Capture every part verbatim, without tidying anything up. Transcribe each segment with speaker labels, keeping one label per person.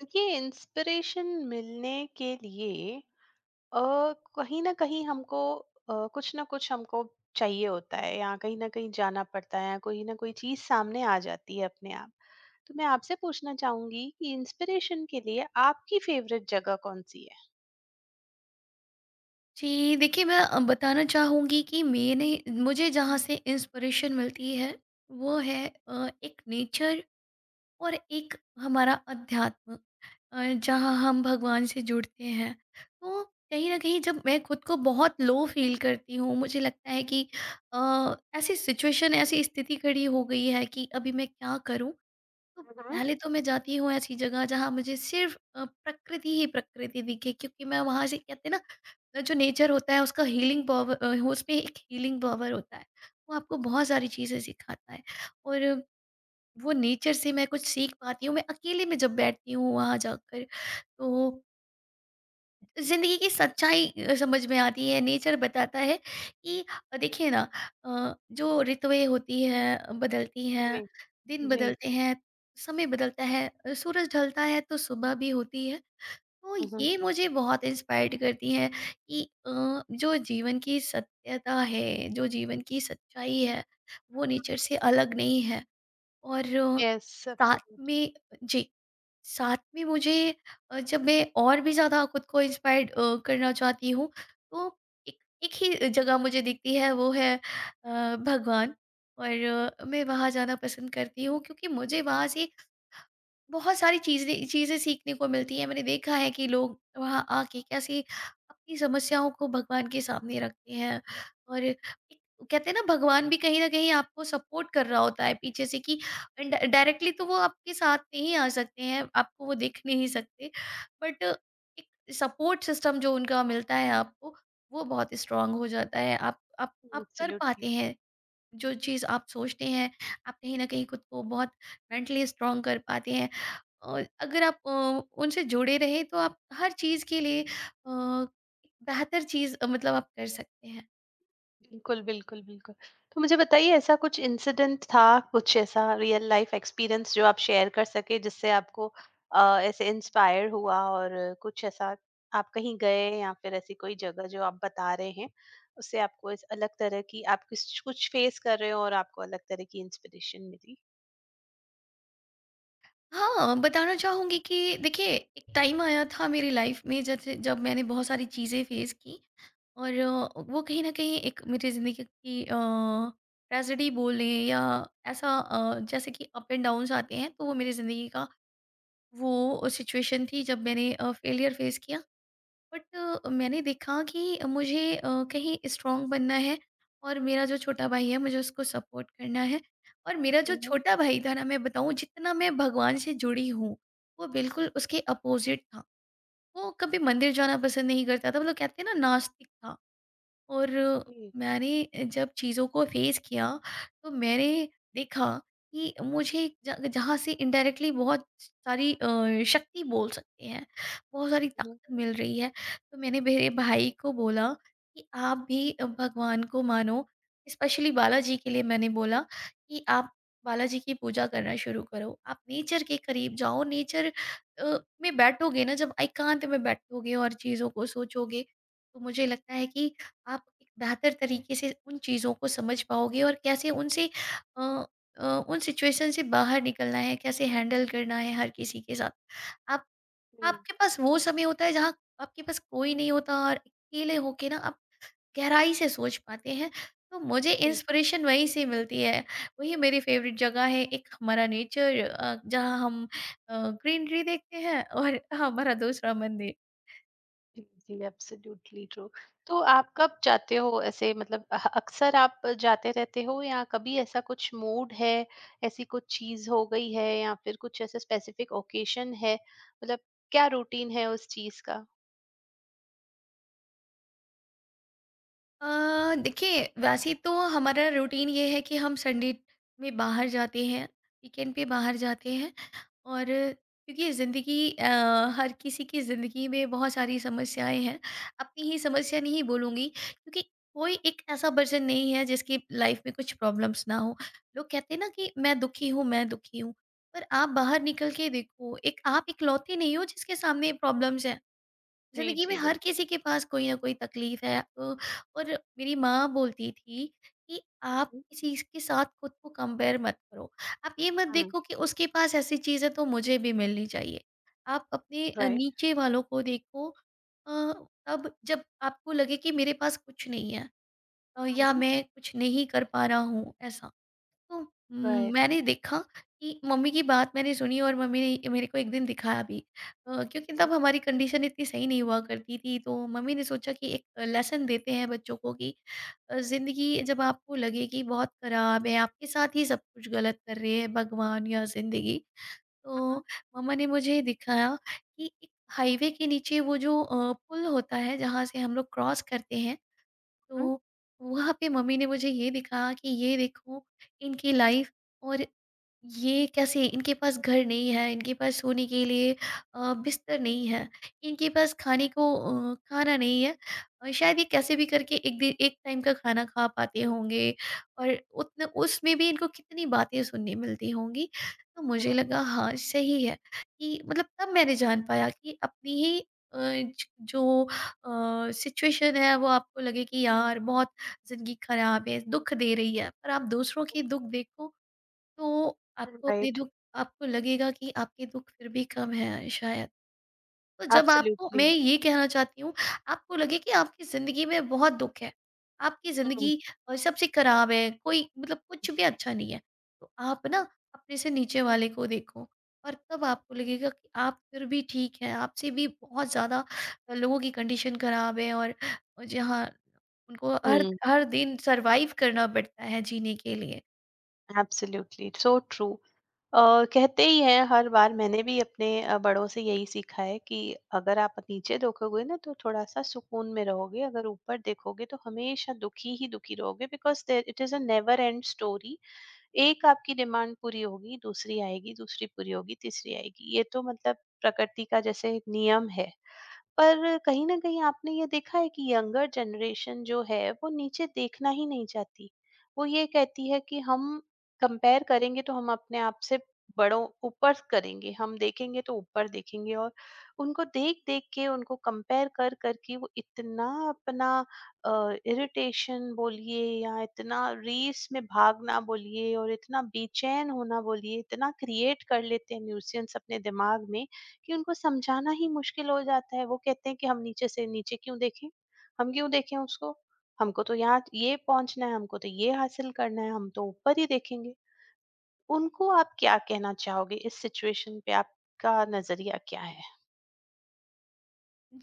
Speaker 1: देखिए, इंस्पिरेशन मिलने के लिए अ, कहीं ना कहीं हमको अ, कुछ ना कुछ हमको चाहिए होता है, या कहीं ना कहीं जाना पड़ता है, या कोई ना कोई चीज सामने आ जाती है अपने आप। तो मैं आपसे पूछना चाहूंगी कि इंस्पिरेशन के लिए आपकी फेवरेट जगह कौन सी है।
Speaker 2: जी, देखिए मैं अ, बताना चाहूँगी कि मैंने मुझे जहाँ से इंस्पिरेशन मिलती है वो है अ, एक नेचर और एक हमारा अध्यात्म, अ, जहाँ हम भगवान से जुड़ते हैं। तो कहीं न कहीं जब मैं खुद को बहुत लो फ़ील करती हूँ, मुझे लगता है कि अ, ऐसी सिचुएशन ऐसी स्थिति खड़ी हो गई है कि अभी मैं क्या करूँ? तो
Speaker 1: मम्म।
Speaker 2: पहले तो मैं जाती हूँ ऐसी जगह जहाँ मुझे सिर्फ अ, प्रकृति ही प्रकृति दिखे, क्योंकि मैं वहाँ से कहते हैं ना, अ, जो नेचर होता है उसका हीलिंग पावर, अ, उसमें एक हीलिंग पावर होता है। वो आपको बहुत सारी चीज़ें सिखाता है और वो नेचर से मैं कुछ सीख पाती हूँ, मैं अकेले में जब बैठती हूँ वहाँ जाकर। तो ज़िंदगी की सच्चाई अ, समझ में आती है, नेचर बताता है कि अ, देखिए ना, अ, जो ऋतुएँ होती हैं, अ, बदलती हैं,
Speaker 1: जी।
Speaker 2: दिन
Speaker 1: जी।
Speaker 2: बदलते हैं, समय बदलता है, अ, सूरज ढलता है तो सुबह भी होती है। तो
Speaker 1: हम्म।
Speaker 2: ये मुझे बहुत इंस्पायर्ड करती है कि अ, जो जीवन की सत्यता है, जो जीवन की सच्चाई है, वो नेचर से अलग नहीं है। और अ,
Speaker 1: Yes,
Speaker 2: साथ
Speaker 1: absolutely.
Speaker 2: में जी। साथ में मुझे अ, जब मैं और भी ज़्यादा खुद को इंस्पायर्ड अ, करना चाहती हूँ, तो एक एक ही जगह मुझे दिखती है, वो है अ, भगवान। और अ, मैं वहाँ जाना पसंद करती हूँ, क्योंकि मुझे वहाँ से बहुत सारी चीज़ें चीज़ें सीखने को मिलती हैं। मैंने देखा है कि लोग वहाँ आके कैसे अपनी समस्याओं को भगवान के सामने रखते हैं, और एक कहते हैं ना भगवान भी कहीं न कहीं आपको सपोर्ट कर रहा होता है पीछे से, कि ड डायरेक्टली तो वो आपके साथ नहीं आ सकते हैं, आपको वो देख नहीं सकते। बट एक सपोर्ट सिस्टम जो उनका मिलता है आपको, वो बहुत स्ट्रॉन्ग हो जाता है। आप आप आप कर पाते
Speaker 1: एब्सोल्युटली।
Speaker 2: हैं जो चीज़ आप सोचते हैं, आप कहीं न कहीं खुद को बहुत मेंटली स्ट्रॉन्ग कर पाते हैं। और अगर आप अ, उनसे जुड़े रहें तो आप हर चीज़ के लिए अ, एक बेहतर चीज़, अ, मतलब आप कर सकते हैं।
Speaker 1: बिल्कुल, बिल्कुल, बिल्कुल। तो मुझे बताइए, ऐसा कुछ इंसिडेंट था, कुछ ऐसा रियल लाइफ एक्सपीरियंस जो आप शेयर कर सकें, जिससे आपको अ, ऐसे इंस्पायर हुआ, और कुछ ऐसा आप कहीं गए या फिर ऐसी कोई जगह जो आप बता रहे हैं, उससे आपको इस अलग तरह की आप किस कुछ फेस कर रहे हो और आपको अलग तरह की इंस्पिरेशन मिली?
Speaker 2: हाँ, बताना चाहूँगी कि देखिए, एक टाइम आया था मेरी लाइफ़ में जैसे, जब मैंने बहुत सारी चीज़ें फेस की, और अ, वो कहीं न कहीं एक मेरी ज़िंदगी की अ, ट्रेजेडी बोल लें, या ऐसा अ, जैसे कि अप एंड डाउन्स आते हैं, तो वो मेरी ज़िंदगी का वो सिचुएशन थी जब मैंने अ, फेलियर फेस किया। बट अ, मैंने देखा कि मुझे अ, कहीं स्ट्रॉन्ग बनना है, और मेरा जो छोटा भाई है मुझे उसको सपोर्ट करना है। और मेरा जो
Speaker 1: हुँ, हुँ।
Speaker 2: छोटा भाई था ना, मैं बताऊँ, जितना मैं भगवान से जुड़ी हूँ वो बिल्कुल उसके अपोजिट था। वो कभी मंदिर जाना पसंद नहीं करता था, मतलब कहते हैं ना नास्तिक था। और
Speaker 1: जी,
Speaker 2: मैंने जब चीज़ों को फेस किया, तो मैंने देखा कि मुझे ज- जहाँ से इनडायरेक्टली बहुत सारी अ, शक्ति बोल सकते हैं, बहुत सारी
Speaker 1: हुँ,
Speaker 2: ताकत मिल रही है। तो मैंने मेरे भाई को बोला कि आप भी भगवान को मानो, स्पेशली बालाजी के लिए मैंने बोला कि आप बालाजी की पूजा करना शुरू करो, आप नेचर के करीब जाओ। नेचर में बैठोगे ना, जब एकांत में बैठोगे और चीज़ों को सोचोगे, तो मुझे लगता है कि आप एक बेहतर तरीके से उन चीज़ों को समझ पाओगे, और कैसे उनसे अ अ, उन सिचुएशन से बाहर निकलना है, कैसे हैंडल करना है हर किसी के साथ। आप
Speaker 1: जी।
Speaker 2: आपके पास वो समय होता है जहाँ आपके पास कोई नहीं होता, और अकेले होके ना आप गहराई से सोच पाते हैं। तो मुझे
Speaker 1: जी,
Speaker 2: इंस्पिरेशन वहीं से मिलती है, वही मेरी फ़ेवरेट जगह है, एक हमारा नेचर, अ, जहाँ हम अ, ग्रीनरी देखते हैं, और हमारा दूसरा मंदिर।
Speaker 1: जी, एब्सोल्युटली ट्रू। तो आप कब जाते हो ऐसे, मतलब अह, अक्सर आप जाते रहते हो, या कभी ऐसा कुछ मूड है, ऐसी कुछ चीज़ हो गई है, या फिर कुछ ऐसा स्पेसिफिक ओकेशन है? मतलब क्या रूटीन है उस चीज़ का?
Speaker 2: अ, देखिए, वैसे तो हमारा रूटीन ये है कि हम संडे में बाहर जाते हैं, वीकेंड पे बाहर जाते हैं। और क्योंकि ज़िंदगी, अ, हर किसी की ज़िंदगी में बहुत सारी समस्याएं हैं, अपनी ही समस्या नहीं बोलूँगी, क्योंकि कोई एक ऐसा पर्सन नहीं है जिसकी लाइफ में कुछ प्रॉब्लम्स ना हो। लोग कहते हैं ना कि मैं दुखी हूँ, मैं दुखी हूँ, पर आप बाहर निकल के देखो, एक आप इकलौते नहीं हो जिसके सामने प्रॉब्लम्स है।
Speaker 1: जी,
Speaker 2: जिंदगी में
Speaker 1: जी,
Speaker 2: हर
Speaker 1: बिल्कुल।
Speaker 2: किसी के पास कोई ना कोई तकलीफ है। अ, और मेरी माँ बोलती थी कि आप
Speaker 1: हुँ,
Speaker 2: किसी के साथ खुद को कंपेयर मत करो। आप ये मत
Speaker 1: हुँ,
Speaker 2: देखो कि उसके पास ऐसी चीज़ है तो मुझे भी मिलनी चाहिए। आप अपने अ,
Speaker 1: राइट।
Speaker 2: नीचे वालों को देखो, अ, तब जब आपको लगे कि मेरे पास कुछ नहीं है, अ, या
Speaker 1: हुँ,
Speaker 2: मैं कुछ नहीं कर पा रहा हूँ ऐसा। तो उम,
Speaker 1: राइट।
Speaker 2: मैंने देखा कि मम्मी की बात मैंने सुनी, और मम्मी ने मेरे को एक दिन दिखाया भी, अ, क्योंकि
Speaker 1: हुँ,
Speaker 2: तब हमारी कंडीशन इतनी सही नहीं हुआ करती थी, तो मम्मी ने सोचा कि एक लेसन देते हैं बच्चों को कि अ, ज़िंदगी, जब आपको लगे कि बहुत खराब है, आपके साथ ही सब कुछ गलत कर रहे हैं भगवान या ज़िंदगी, तो
Speaker 1: हुँ,
Speaker 2: मम्मा ने मुझे दिखाया कि एक हाईवे के नीचे वो जो अ, पुल होता है, जहाँ से हम लोग क्रॉस करते हैं,
Speaker 1: हुँ,
Speaker 2: तो वहाँ पे मम्मी ने मुझे ये दिखाया कि ये देखो इनकी लाइफ, और ये कैसे इनके पास घर नहीं है, इनके पास सोने के लिए अ, बिस्तर नहीं है, इनके पास खाने को अ, खाना नहीं है, और शायद ये कैसे भी करके एक दिन एक टाइम का खाना खा पाते होंगे। और उतने उसमें भी इनको कितनी बातें सुनने मिलती होंगी। तो मुझे लगा हाँ सही है, कि मतलब तब मैंने जान पाया कि अपनी ही अ, ज- जो सिचुएशन है वो आपको लगे कि यार बहुत ज़िंदगी ख़राब है, दुःख दे रही है, पर आप दूसरों के दुःख देखो, तो
Speaker 1: हुँ।
Speaker 2: आपको अपने
Speaker 1: राइट,
Speaker 2: दुःख, आपको लगेगा कि आपके दुःख फिर भी कम है शायद। तो जब आपको
Speaker 1: एब्सोल्युटली।
Speaker 2: मैं ये कहना चाहती हूँ, आपको लगे कि आपकी ज़िंदगी में बहुत दुःख है, आपकी
Speaker 1: हुँ,
Speaker 2: ज़िंदगी अ, सबसे खराब है, कोई मतलब कुछ भी अच्छा नहीं है, तो आप ना अपने से नीचे वाले को देखो, और तब आपको लगेगा कि आप फिर भी ठीक हैं, आपसे भी बहुत ज़्यादा अ, लोगों की कंडीशन खराब है, और अ, जहाँ उनको हर
Speaker 1: हुँ,
Speaker 2: हर दिन सर्वाइव करना पड़ता है जीने के लिए।
Speaker 1: Absolutely, so true. अ, कहते ही हैं हर बार, मैंने भी अपने अ, बड़ों से यही सीखा है कि अगर आप नीचे देखोगे ना, तो थोड़ा सा सुकून में रहोगे, अगर ऊपर देखोगे तो हमेशा दुखी ही दुखी रहोगे, because it is a never end story. एक आपकी डिमांड पूरी होगी, दूसरी आएगी, दूसरी पूरी होगी, तीसरी आएगी, ये तो मतलब प्रकृति का जैसे एक नियम है। पर कहीं न कहीं आपने ये देखा है कि यंगर जनरेशन जो है, वो नीचे देखना ही नहीं चाहती। वो ये कहती है कि हम कंपेयर करेंगे तो हम अपने आप से बड़ों ऊपर करेंगे, हम देखेंगे तो ऊपर देखेंगे, और उनको देख-देख के, उनको कंपेयर कर-कर के वो इतना अपना अ, इरिटेशन बोलिए, या इतना रेस में भागना बोलिए, और इतना बेचैन होना बोलिए, इतना क्रिएट कर लेते हैं न्यूसेंस अपने दिमाग में, कि उनको समझाना ही मुश्किल हो जाता है। वो कहते हैं कि हम नीचे से नीचे क्यों देखें? हम क्यों देखें उसको? हमको तो यहाँ ये पहुँचना है, हमको तो ये हासिल करना है, हम तो ऊपर ही देखेंगे। उनको आप क्या कहना चाहोगे? इस सिचुएशन पे आपका नज़रिया क्या है?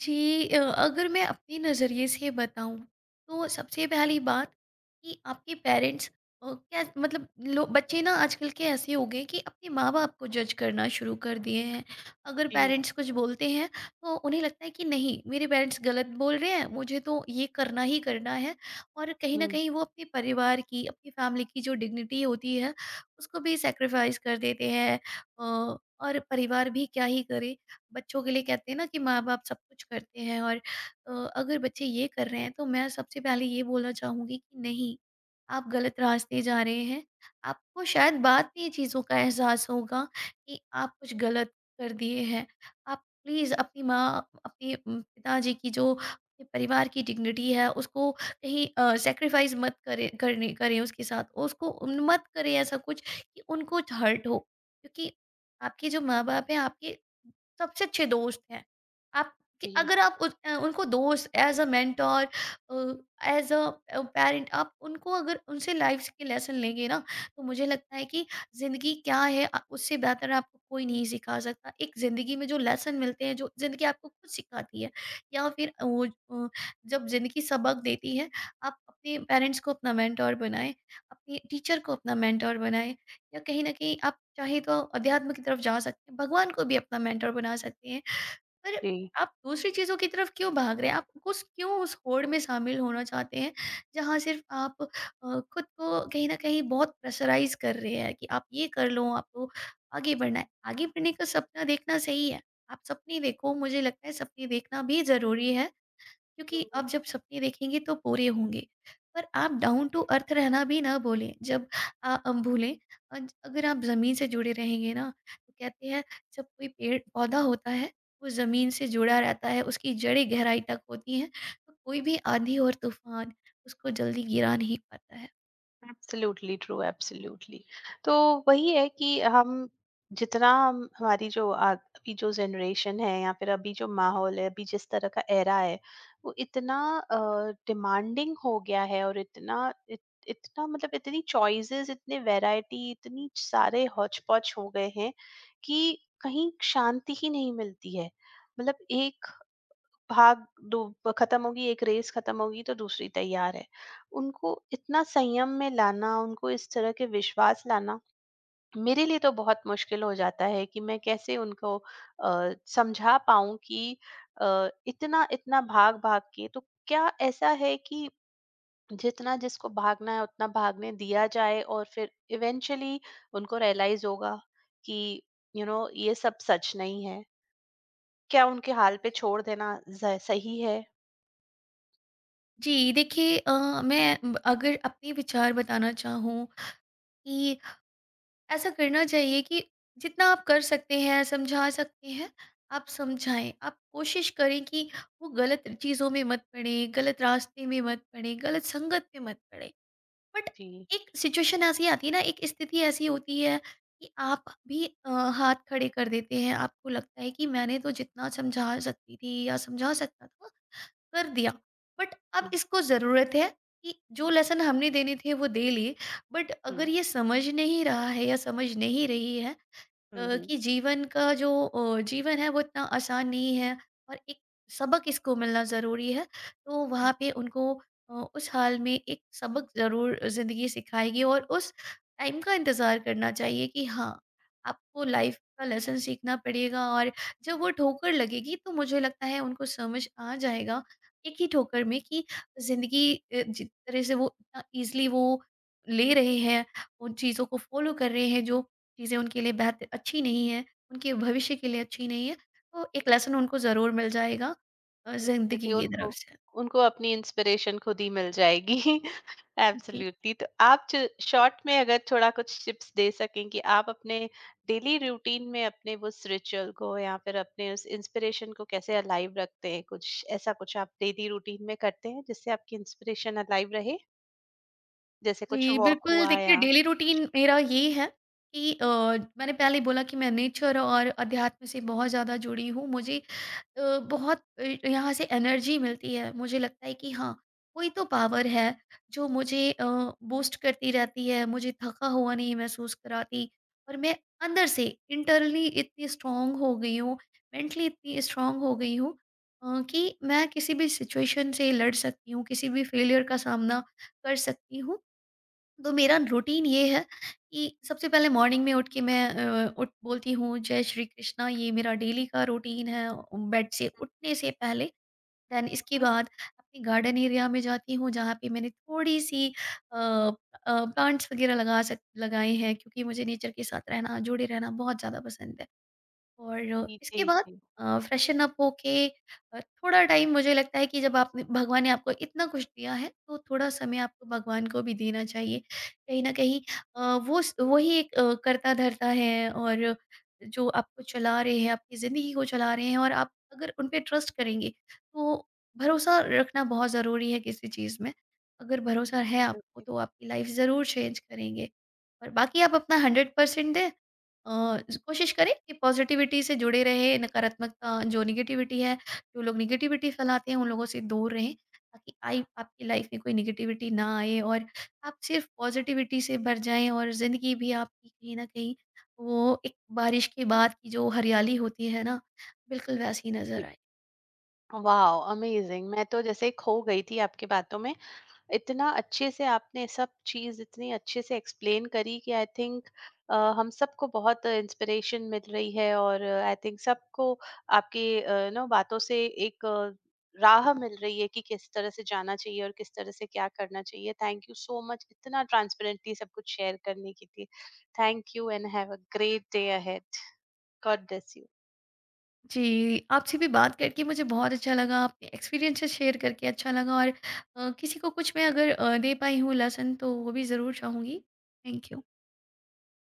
Speaker 2: जी अ, अगर मैं अपने नज़रिए से बताऊं, तो सबसे पहली बात, कि आपके पेरेंट्स क्या मतलब, लो बच्चे ना आजकल के ऐसे हो गए कि अपने माँ बाप को जज करना शुरू कर दिए हैं। अगर
Speaker 1: जी।
Speaker 2: पेरेंट्स कुछ बोलते हैं, तो उन्हें लगता है कि नहीं मेरे पेरेंट्स गलत बोल रहे हैं, मुझे तो ये करना ही करना है। और कहीं ना
Speaker 1: हुँ,
Speaker 2: कहीं वो अपने परिवार की अपनी फैमिली की जो डिग्निटी होती है, उसको भी सेक्रीफाइस कर देते हैं। अ, और परिवार भी क्या ही करे, बच्चों के लिए कहते हैं ना कि माँ-बाप सब कुछ करते हैं। और अ, अगर बच्चे ये कर रहे हैं तो मैं सबसे पहले ये बोलना चाहूँगी कि नहीं, आप गलत रास्ते जा रहे हैं। आपको शायद बाद में ये चीज़ों का एहसास होगा कि आप कुछ गलत कर दिए हैं। आप प्लीज़ अपनी माँ, अपने उम, पिताजी की जो अपने परिवार की डिग्निटी है उसको कहीं अ, सैक्रिफ़ाइस मत करें, करने करें उसके साथ। उसको उन मत करें ऐसा कुछ कि उनको हर्ट हो। क्योंकि आपके जो माँ-बाप हैं आपके सबसे अच्छे दोस्त हैं। आप कि
Speaker 1: जी,
Speaker 2: अगर आप उस अ, उनको दोस्त as a mentor, uh, as a uh, parent, आप उनको अगर उनसे लाइफ़ के लेसन लेंगे ना, तो मुझे लगता है कि ज़िंदगी क्या है, अ, उससे बेहतर आपको कोई नहीं सिखा सकता। एक ज़िंदगी में जो लेसन मिलते हैं, जो ज़िंदगी आपको खुद सिखाती है, या फिर अ, वो अ, जब ज़िंदगी सबक देती है, आप अपने पैरेंट्स को अपना मेंटर बनाएँ, अपने टीचर को अपना मेंटर बनाएँ। या कहीं न कहीं आप चाहे तो अध्यात्म की तरफ जा सकते हैं, भगवान को भी अपना मेंटर बना सकते हैं। पर
Speaker 1: जी।
Speaker 2: आप दूसरी चीज़ों की तरफ क्यों भाग रहे हैं? आप उस क्यों उस होड़ में शामिल होना चाहते हैं, जहाँ सिर्फ़ आप अ, खुद को कहीं न कहीं बहुत प्रेशराइज़ कर रहे हैं कि आप ये कर लो, आपको आगे बढ़ना है। आगे बढ़ने का सपना देखना सही है, आप सपने देखो, मुझे लगता है सपने देखना भी ज़रूरी है। क्योंकि
Speaker 1: हुँ, हुँ।
Speaker 2: आप जब सपने देखेंगे तो पूरे होंगे। पर आप डाउन टू अर्थ रहना भी ना भूलें। जब अ, हम भूलें अज अगर आप ज़मीन से जुड़े रहेंगे ना, तो कहते हैं जब कोई पेड़-पौधा होता है, वो ज़मीन से जुड़ा रहता है, उसकी जड़ें गहराई तक होती हैं, तो कोई भी आंधी और तूफ़ान उसको जल्दी गिरा नहीं पाता है।
Speaker 1: Absolutely true, absolutely. तो वही है कि हम, जितना हम हमारी जो आ- अभी जो जनरेशन है, या फिर अभी जो माहौल है, अभी जिस तरह का एरा है, वो इतना डिमांडिंग हो गया है, और इतना इत, इतना, मतलब इतनी चॉइसेस, इतने वैरायटी, इतनी सारे हौच पौच हो गए हैं कि कहीं शांति ही नहीं मिलती है। मतलब एक भाग दो खत्म होगी, एक रेस खत्म होगी तो दूसरी तैयार है। उनको इतना संयम में लाना, उनको इस तरह के विश्वास लाना मेरे लिए तो बहुत मुश्किल हो जाता है, कि मैं कैसे उनको अ, समझा पाऊं कि अ, इतना इतना भाग भाग के, तो क्या ऐसा है कि जितना जिसको भागना है उतना भागने दिया जाए, और फिर इवेंचुअली उनको रियलाइज होगा कि यू you नो know, ये सब सच नहीं है। क्या उनके हाल पे छोड़ देना ज- सही है?
Speaker 2: जी, देखिए अ, मैं ब अगर अपने विचार बताना चाहूँ कि ऐसा करना चाहिए कि जितना आप कर सकते हैं, समझा सकते हैं, आप समझाएँ। आप कोशिश करें कि वो गलत चीज़ों में मत पड़ें, गलत रास्ते में मत पड़ें, गलत संगत में मत पड़ें। बट
Speaker 1: जी।
Speaker 2: एक सिचुएशन ऐसी आती है ना, एक स्थिति ऐसी होती है कि आप भी अ, हाथ खड़े कर देते हैं। आपको लगता है कि मैंने तो जितना समझा सकती थी या समझा सकता था, कर दिया। बट अब
Speaker 1: जी,
Speaker 2: इसको ज़रूरत है कि जो लेसन हमने देने थे वो दे लिए। बट अगर
Speaker 1: हुँ,
Speaker 2: ये समझ नहीं रहा है या समझ नहीं रही है
Speaker 1: हुँ,
Speaker 2: अ,
Speaker 1: हुँ।
Speaker 2: कि जीवन का जो अ, जीवन है वो इतना आसान नहीं है और एक सबक इसको मिलना ज़रूरी है। तो वहाँ पे उनको अ, उस हाल में एक सबक ज़रूर ज़िंदगी सिखाएगी और उस टाइम का इंतज़ार करना चाहिए कि हाँ, आपको लाइफ़ का लेसन सीखना पड़ेगा और जब वो ठोकर लगेगी तो मुझे लगता है उनको समझ आ जाएगा एक ही ठोकर में कि ज़िंदगी अ, जिस तरह से वो इतना ईज़िली वो ले रहे हैं, उन चीज़ों को फ़ॉलो कर रहे हैं जो चीज़ें उनके लिए बेहत अच्छी नहीं है, उनके भविष्य के लिए अच्छी नहीं है, तो एक लेसन उनको ज़रूर मिल जाएगा अ,
Speaker 1: डेफ़िनिटली
Speaker 2: ज़िंदगी की
Speaker 1: उनको,
Speaker 2: तरफ से।
Speaker 1: उनको अपनी इंस्पिरेशन खुद ही मिल जाएगी।
Speaker 2: जी।
Speaker 1: एब्सोल्यूटली। तो आप ज शॉर्ट में अगर थोड़ा कुछ टिप्स दे सकें कि आप अपने डेली रूटीन में अपने उस रिचुअल को, या फिर अपने उस इंस्पिरेशन को कैसे अलाइव रखते हैं? कुछ ऐसा कुछ आप डेली रूटीन में करते हैं जिससे आपकी इंस्पिरेशन अलाइव रहे? जैसे कुछ
Speaker 2: जी,
Speaker 1: वॉक
Speaker 2: बिल्कुल,
Speaker 1: हुआ
Speaker 2: देखिए
Speaker 1: या।
Speaker 2: डेली रूटीन मेरा ये है कि अ, मैंने पहले ही बोला कि मैं नेचर और अध्यात्म से बहुत ज़्यादा जुड़ी हूँ। मुझे अ, बहुत अ, यहाँ से एनर्जी मिलती है। मुझे लगता है कि हाँ, कोई तो पावर है जो मुझे अ, बूस्ट करती रहती है, मुझे थका हुआ नहीं महसूस कराती और मैं अंदर से इंटरनली इतनी स्ट्रॉन्ग हो गई हूँ, मेंटली इतनी स्ट्रॉन्ग हो गई हूँ अ, कि मैं किसी भी सिचुएशन से लड़ सकती हूँ, किसी भी फेलियर का सामना कर सकती हूँ। तो मेरा
Speaker 1: हुँ,
Speaker 2: रूटीन ये है कि सबसे पहले मॉर्निंग में उठ के मैं अ, उठ बोलती हूँ जय श्री कृष्णा। ये मेरा डेली का रूटीन है बेड से उठने से पहले। देन इसके
Speaker 1: हुँ।
Speaker 2: बाद अपने गार्डन एरिया में जाती हूँ जहाँ पे मैंने थोड़ी सी प्लांट्स वगैरह लगा सक लगाए हैं क्योंकि मुझे नेचर के साथ रहना जुड़े रहना बहुत ज़्यादा पसंद है। और
Speaker 1: जी,
Speaker 2: इसके
Speaker 1: जी,
Speaker 2: बाद
Speaker 1: जी।
Speaker 2: अ, फ्रेशन अप होके अ, थोड़ा टाइम, मुझे लगता है कि जब आपने भगवान ने आपको इतना कुछ दिया है तो थोड़ा समय आपको भगवान को भी देना चाहिए। कहीं न कहीं अ, वो स वही एक अ, कर्ता धर्ता है और जो आपको चला रहे हैं, आपकी ज़िंदगी को चला रहे हैं और आप अगर उन पे ट्रस्ट करेंगे तो भरोसा रखना बहुत ज़रूरी है किसी चीज़ में। अगर भरोसा है आपको तो आपकी लाइफ़ ज़रूर चेंज करेंगे और बाकी आप अपना सौ परसेंट दें। अ, कोशिश करें कि पॉजिटिविटी से जुड़े रहे। नकारात्मकता जो निगेटिविटी है, जो लोग निगेटिविटी फैलाते हैं उन लोगों से दूर रहें ताकि आई आपकी लाइफ में कोई निगेटिविटी ना आए और आप सिर्फ पॉजिटिविटी से भर जाएं और ज़िंदगी भी आपकी कहीं ना कहीं वो एक बारिश के बाद की जो हरियाली होती है ना, बिल्कुल वैसी नज़र आए।
Speaker 1: वाओ! अमेजिंग, मैं तो जैसे खो गई थी आपकी बातों में। इतना अच्छे से आपने सब चीज़ इतनी अच्छे से एक्सप्लेन करी, कि आई थिंक हम सबको बहुत इंस्पिरेशन मिल रही है, और आई थिंक सबको आपकी नो बातों से एक अ, राह मिल रही है कि किस तरह से जाना चाहिए और किस तरह से क्या करना चाहिए। थैंक यू सो मच, इतना ट्रांसपेरेंटली सब कुछ शेयर करने के लिए। Thank you and have a great day ahead. God bless you.
Speaker 2: जी, आपसे भी बात करके मुझे बहुत अच्छा लगा, आपके एक्सपीरियंसेस शेयर करके अच्छा लगा। और अ, किसी को कुछ मैं अगर अ, दे पाई हूँ लेसन तो वो भी ज़रूर चाहूँगी। Thank you.